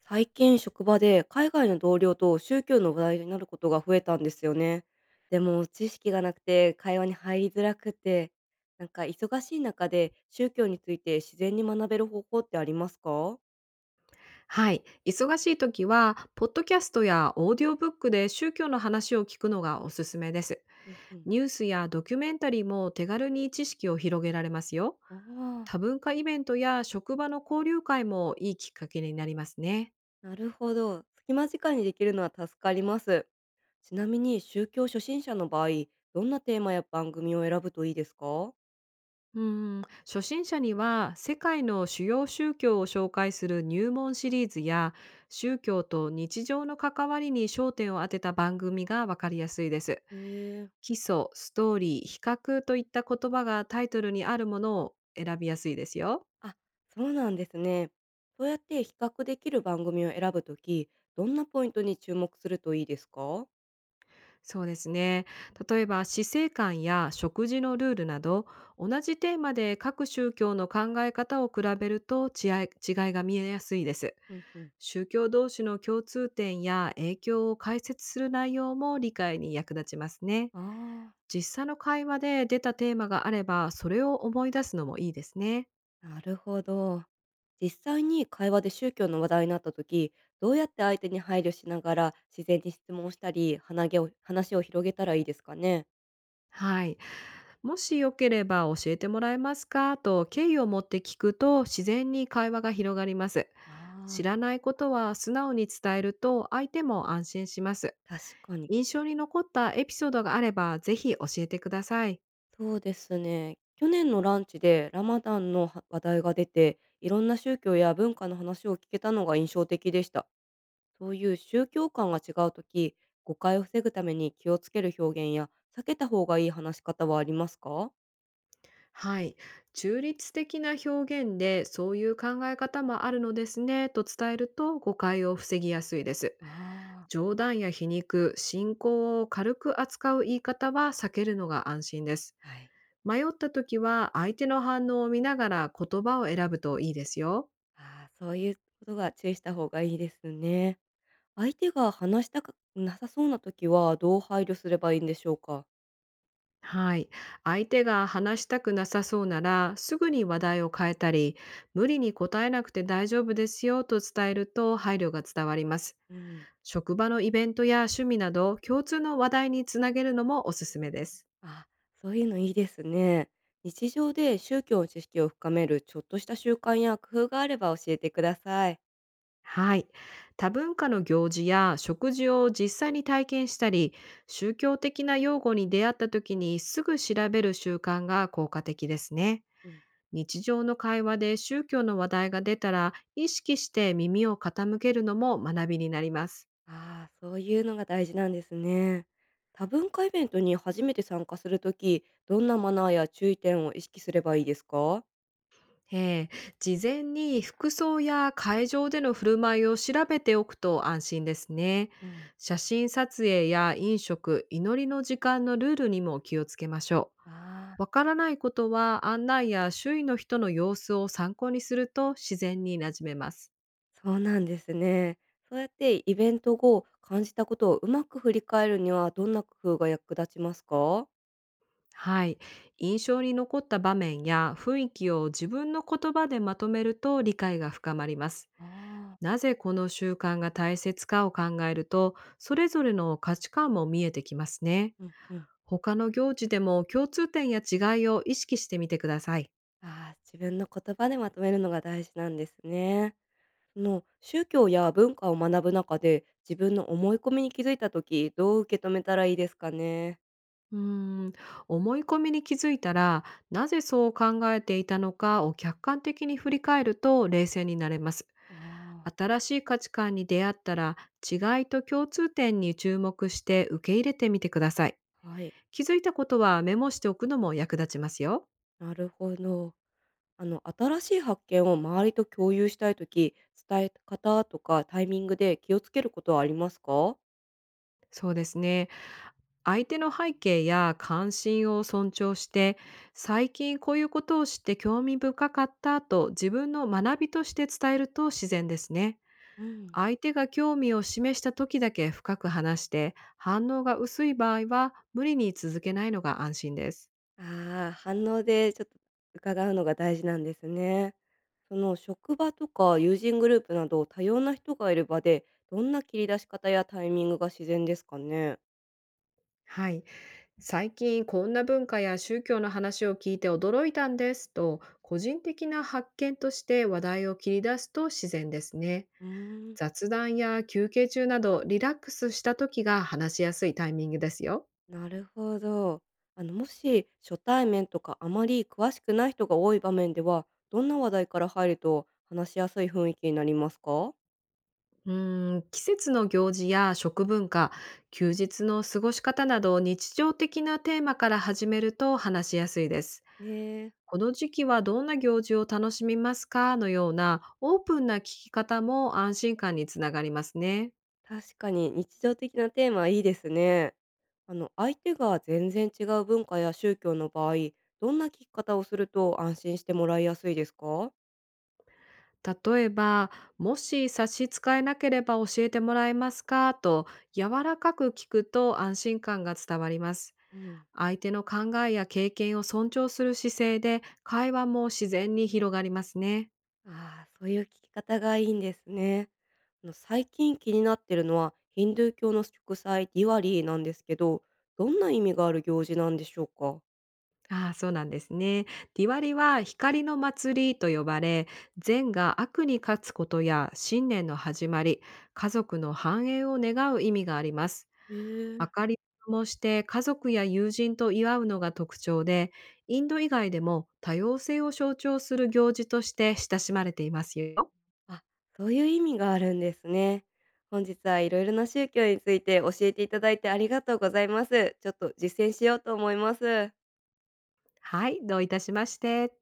最近職場で海外の同僚と宗教の話題になることが増えたんですよね。でも知識がなくて会話に入りづらくて、忙しい中で宗教について自然に学べる方法ってありますか？はい。忙しい時は、ポッドキャストやオーディオブックで宗教の話を聞くのがおすすめです。うんうん。ニュースやドキュメンタリーも手軽に知識を広げられますよ。ああ、多文化イベントや職場の交流会もいいきっかけになりますね。なるほど。隙間時間にできるのは助かります。ちなみに宗教初心者の場合、どんなテーマや番組を選ぶといいですか？うん、初心者には世界の主要宗教を紹介する入門シリーズや、宗教と日常の関わりに焦点を当てた番組がわかりやすいです。へえ、基礎、ストーリー、比較といった言葉がタイトルにあるものを選びやすいですよ。あ、そうなんですね。そうやって比較できる番組を選ぶとき、どんなポイントに注目するといいですか？そうですね。例えば死生観や食事のルールなど、同じテーマで各宗教の考え方を比べると、違いが見えやすいです。うんうん、宗教同士の共通点や影響を解説する内容も理解に役立ちますね。あ実際の会話で出たテーマがあれば、それを思い出すのもいいですね。あ、なるほど。実際に会話で宗教の話題になった時、どうやって相手に配慮しながら自然に質問をしたり、話を広げたらいいですかね。はい。もしよければ教えてもらえますかと敬意を持って聞くと、自然に会話が広がります。あ知らあ、ないことは素直に伝えると、相手も安心します。確かに。印象に残ったエピソードがあれば、ぜひ教えてください。そうですね。去年のランチでラマダンのは話題が出て、いろんな宗教や文化の話を聞けたのが印象的でした。そういう宗教観が違うとき、誤解を防ぐために気をつける表現や避けた方がいい話し方はありますか？はい。中立的な表現で、そういう考え方もあるのですねと伝えると、誤解を防ぎやすいです。あ冗談や皮肉、信仰を軽く扱う言い方は避けるのが安心です。あ、はい。迷った時は、相手の反応を見ながら言葉を選ぶといいですよ。ああ、そういうことが注意した方がいいですね。相手が話したくなさそうなときはどう配慮すればいいんでしょうか？はい。相手が話したくなさそうなら、すぐに話題を変えたり、無理に答えなくて大丈夫ですよと伝えると、配慮が伝わります。うん。職場のイベントや趣味など、共通の話題につなげるのもおすすめです。あ、そういうのいいですね。日常で宗教の知識を深めるちょっとした習慣や工夫があれば教えてください。はい。多文化の行事や食事を実際に体験したり、宗教的な用語に出会った時にすぐ調べる習慣が効果的ですね。うん。日常の会話で宗教の話題が出たら、意識して耳を傾けるのも学びになります。ああ、そういうのが大事なんですね。多文化イベントに初めて参加するとき、どんなマナーや注意点を意識すればいいですか？ええ、事前に服装や会場での振る舞いを調べておくと安心ですね。うん、写真撮影や飲食、祈りの時間のルールにも気をつけましょあう。あ、わからないことは、案内や周囲の人の様子を参考にすると自然になじめます。そうなんですね。そうやってイベント後、感じたことをうまく振り返るには、どんな工夫が役立ちますか？はい。印象に残った場面や雰囲気を自分の言葉でまとめると、理解が深まります。ああ、なぜこの習慣が大切かを考えると、それぞれの価値観も見えてきますね。うんうん。他の行事でも共通点や違いを意識してみてください。ああ、自分の言葉でまとめるのが大事なんですね。その宗教や文化を学ぶ中で、自分の思い込みに気づいたとき、どう受け止めたらいいですかね。うーん、思い込みに気づいたら、なぜそう考えていたのかを客観的に振り返ると冷静になれます。ああ。新しい価値観に出会ったら、違いと共通点に注目して受け入れてみてください。はい、気づいたことはメモしておくのも役立ちますよ。なるほど。新しい発見を周りと共有したいとき、伝え方とかタイミングで気をつけることはありますか？そうですね。相手の背景や関心を尊重して、最近こういうことを知って興味深かったと自分の学びとして伝えると自然ですね。うん。相手が興味を示した時だけ深く話して、反応が薄い場合は無理に続けないのが安心です。ああ、反応でちょっと伺うのが大事なんですね。その職場とか友人グループなど多様な人がいる場で、どんな切り出し方やタイミングが自然ですかね？はい、最近こんな文化や宗教の話を聞いて驚いたんですと、個人的な発見として話題を切り出すと自然ですね。うーん。雑談や休憩中など、リラックスした時が話しやすいタイミングですよ。なるほど。もし初対面とかあまり詳しくない人が多い場面では、どんな話題から入ると話しやすい雰囲気になりますか？うーん、季節の行事や食文化、休日の過ごし方など、日常的なテーマから始めると話しやすいです。ええ、この時期はどんな行事を楽しみますかのような、オープンな聞き方も安心感につながりますね。確かに日常的なテーマいいですね。相手が全然違う文化や宗教の場合、どんな聞き方をすると安心してもらいやすいですか？例えば、もし差し支えなければ教えてもらえますかと柔らかく聞くと、安心感が伝わります。うん。相手の考えや経験を尊重する姿勢で、会話も自然に広がりますね。ああ、そういう聞き方がいいんですね。最近気になってるのは、ヒンドゥー教の祝祭ディワリーなんですけど、どんな意味がある行事なんでしょうか？ああ、そうなんですね。ディワリは光の祭りと呼ばれ、善が悪に勝つことや新年の始まり、家族の繁栄を願う意味があります。へ明え、かりを灯して家族や友人と祝うのが特徴で、インド以外でも多様性を象徴する行事として親しまれていますよ。あ、そういう意味があるんですね。本日はいろいろな宗教について教えていただいてありがとうございます。ちょっと実践しようと思います。はい、どういたしまして。